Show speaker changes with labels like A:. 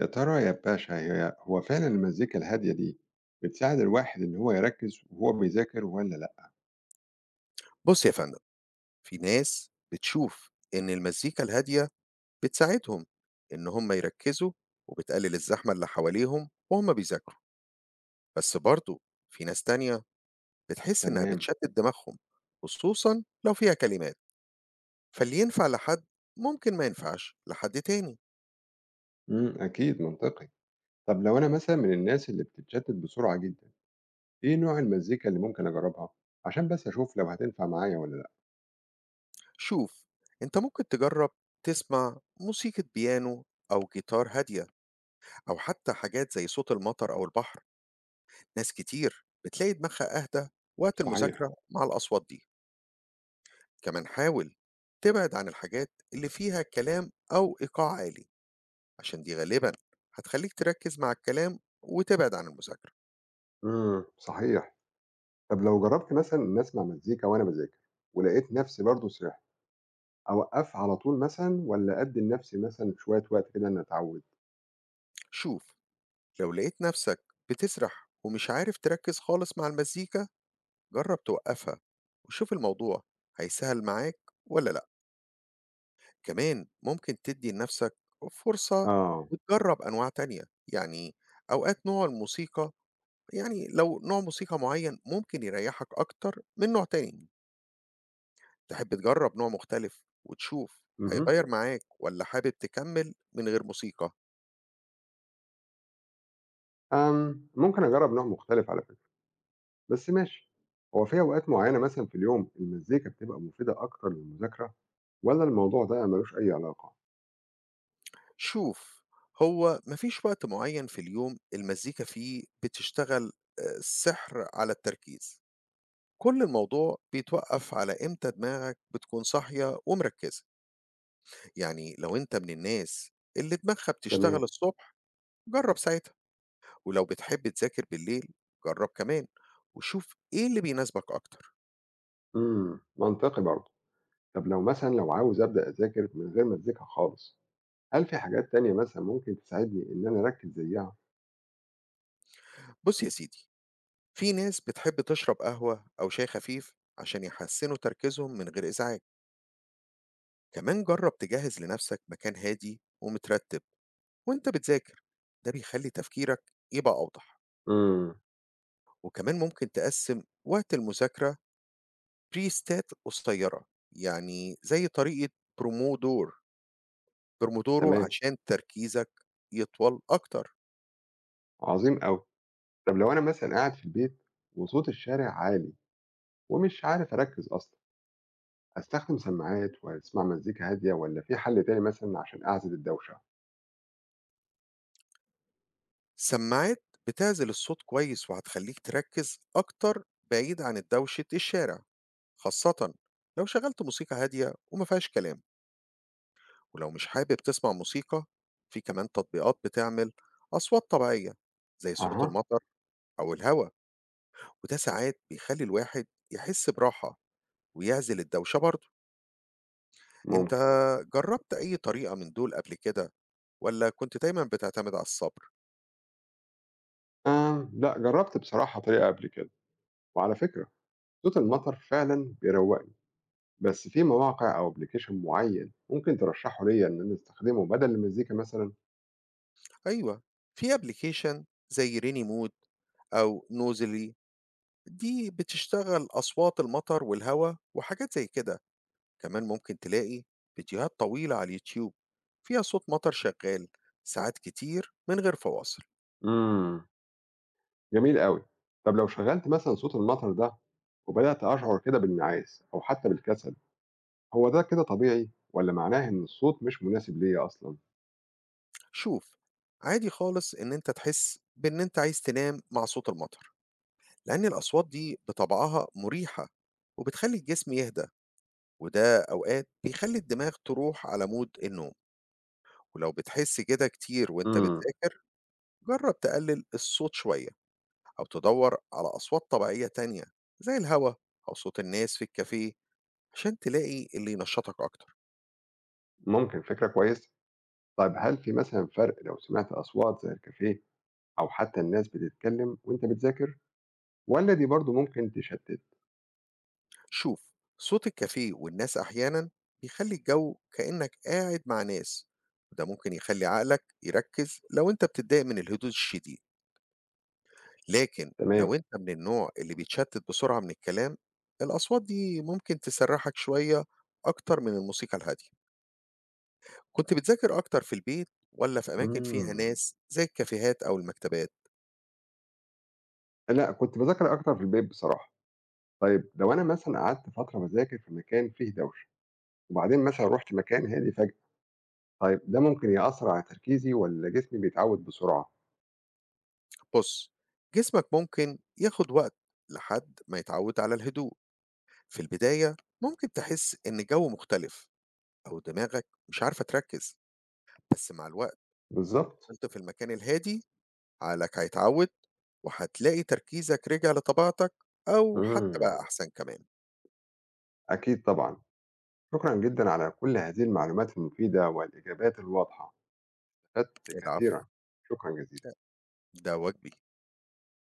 A: يا ترى يا باشا هي هو فعلا المزيكا الهادية دي بتساعد الواحد إن هو يركز وهو بيذاكر ولا لأ؟
B: بُص يا فندم، في ناس بتشوف إن المزيكا الهادية بتساعدهم إن هم يركّزوا وبتقلل الزحمة اللي حواليهم وهم بيذاكروا، بس برضه في ناس تانية بتحس إنها
A: تمام،
B: بتشتت دماغهم، خصوصًا لو فيها كلمات، فاللي ينفع لحد ممكن ما ينفعش لحد تاني.
A: أكيد منطقي، طب لو أنا مثلا من الناس اللي بتتشتت بسرعة جدا، إيه نوع المزيكا اللي ممكن أجربها؟ عشان بس أشوف لو هتنفع معايا ولا لأ؟
B: شوف، أنت ممكن تجرّب تسمع موسيقى بيانو أو جيتار هادية أو حتى حاجات زي صوت المطر أو البحر، ناس كتير بتلاقي دماغها أهدى وقت
A: صحيح،
B: المذاكرة مع الأصوات دي. كمان حاول تبعد عن الحاجات اللي فيها كلام أو إيقاع عالي عشان دي غالبا هتخليك تركز مع الكلام وتبعد عن المذاكرة.
A: صحيح، طب لو جربت مثلا إن أسمع مزيكا وأنا بذاكر ولقيت نفسي برضه سرحت، أوقف على طول مثلا ولا أدي لنفسي مثلا شوية وقت كده إن أتعود؟
B: شوف، لو لقيت نفسك بتسرح ومش عارف تركز خالص مع المزيكا، جرب توقفها وشوف الموضوع هيسهل معاك ولا لأ. كمان ممكن تدي لنفسك فرصة
A: آه،
B: وتجرب أنواع تانية، يعني أوقات نوع الموسيقى، يعني لو نوع موسيقى معين ممكن يريحك أكتر من نوع تاني، تحب تجرّب نوع مختلف وتشوف
A: امم
B: هيغيّر معاك والّا حابب تكمّل من غير موسيقى؟
A: أم، ممكن أجرب نوع مختلف على فكرة. بس ماشي، هو في أوقات معينة مثلا في اليوم المزيكا بتبقى مفيدة أكتر للمذاكرة ولا الموضوع ده ملوش أي علاقة؟
B: شوف، هو ما فيش وقت معيّن في اليوم المزيكا فيه بتشتغل سحر على التركيز، كل الموضوع بيتوقّف على إمتى دماغك بتكون صاحية ومركّزة، يعني لو أنت من الناس اللي دماغها بتشتغل
A: تمام،
B: الصبح جرّب ساعتها، ولو بتحب تذاكر بالليل جرّب كمان، وشوف إيه اللي بيناسبك أكتر.
A: منطقي برضه. طب لو مثلا لو عاوز أبدأ أذاكر من غير مزيكا خالص، هل في حاجات تانية مثلا ممكن تساعدني إن أنا أركز زيها؟
B: بُص يا سيدي، في ناس بتحب تشرب قهوة أو شاي خفيف عشان يحسنوا تركيزهم من غير إزعاج. كمان جرب تجهز لنفسك مكان هادي ومترتب وانت بتذاكر، ده بيخلي تفكيرك يبقى أوضح.
A: امم
B: وكمان ممكن تقسم وقت المذاكرة بريستات قصيرة، يعني زي طريقة برومودور برومودورو
A: تمام.
B: عشان تركيزك يطول أكتر.
A: عظيم أوي. طب لو أنا مثلا قاعد في البيت وصوت الشارع عالي ومش عارف أركز أصلا، أستخدم سماعات وأسمع مزيكا هادية ولا في حل تاني مثلا عشان أعزل الدوشة؟
B: سماعات بتعزل الصوت كويس وهتخليك تركز أكتر بعيد عن دوشة الشارع، خاصة لو شغلت موسيقى هادية وما فيهاش كلام. ولو مش حابب تسمع موسيقى، في كمان تطبيقات بتعمل أصوات طبيعية زي صوت
A: أها.
B: المطر أو الهواء، وده ساعات بيخلي الواحد يحس براحة ويعزل الدوشة برضه. أنت
A: ممكن.
B: جربت أي طريقة من دول قبل كده ولا كنت دايما بتعتمد على الصبر؟
A: لأ، جرّبت بصراحة طريقة قبل كده، وعلى فكرة صوت المطر فعلًا بيروّقني، بس في مواقع أو application معيّن ممكن ترشّحه ليّا إن أنا أستخدمه بدل المزيكا مثلًا؟
B: أيوة، في أبليكيشن زي ريني مود أو نوزلي، دي بتشتغل أصوات المطر والهواء وحاجات زي كده. كمان ممكن تلاقي فيديوهات طويلة على اليوتيوب فيها صوت مطر شغال ساعات كتير من غير فواصل.
A: إمم، جميل أوي. طَب لو شغّلت مثلًا صوت المطر ده وبدأت أشعر كده بالنَعاس أو حتى بالكسل، هو ده كده طبيعي والّا معناه إن الصوت مش مناسب ليّا أصلًا؟
B: شوف، عادي خالص ان انت تحس بان انت عايز تنام مع صوت المطر، لان الاصوات دي بطبعها مريحة وبتخلي الجسم يهدى، وده اوقات بيخلي الدماغ تروح على مود النوم. ولو بتحس كده كتير وانت
A: إمم،
B: بتذاكر، جرب تقلل الصوت شوية او تدور على اصوات طبيعية تانية زي الهواء او صوت الناس في الكافيه، عشان تلاقي اللي ينشطك أكتر.
A: ممكن، فكرة كويسة. طيب هل في مثلًا فرق لو سمعت أصوات زي الكافيه أو حتى الناس بتتكلم وأنت بتذاكر؟ والّا دي برضه ممكن تشتِّت؟
B: شوف، صوت الكافيه والناس أحيانا بيخلي الجو كأنك قاعد مع ناس، وده ممكن يخلي عقلك يركز لو أنت بتتضايق من الهدوء الشديد. لكن لو
A: تمام.
B: أنت من النوع اللي بيتشتت بسرعة من الكلام، الأصوات دي ممكن تسرحك شوية أكتر من الموسيقى الهادية. كنت بتذاكر أكتر في البيت ولا في أماكن فيها
A: إمم.
B: ناس زي الكافيهات أو المكتبات؟
A: لأ، كنت باذاكر أكتر في البيت بصراحة. طيب لو أنا مثلًا قعدت فترة باذاكر في مكان فيه دوشة، وبعدين مثلًا رُحت مكان هادي فجأة، طيب ده ممكن يأثّر على تركيزي والّا جسمي بيتعوّد بسرعة؟
B: بص، جسمك ممكن ياخد وقت لحد ما يتعود على الهدوء، في البداية ممكن تحس إن الجو مختلف أو دماغك مش عارفة تركز، بس مع الوقت لو
A: بالضبط.
B: فضلت في المكان الهادي عقلك هيتعود وهتلاقي تركيزك رجع لطبيعتك أو حتى
A: إمم.
B: بقى أحسن كمان.
A: أكيد طبعًا. شكرًا جدًا على كل هذه المعلومات المفيدة والإجابات الواضحة، استفدت
B: العفو،
A: كثيرًا. شكرًا جزيلًا.
B: ده واجبي.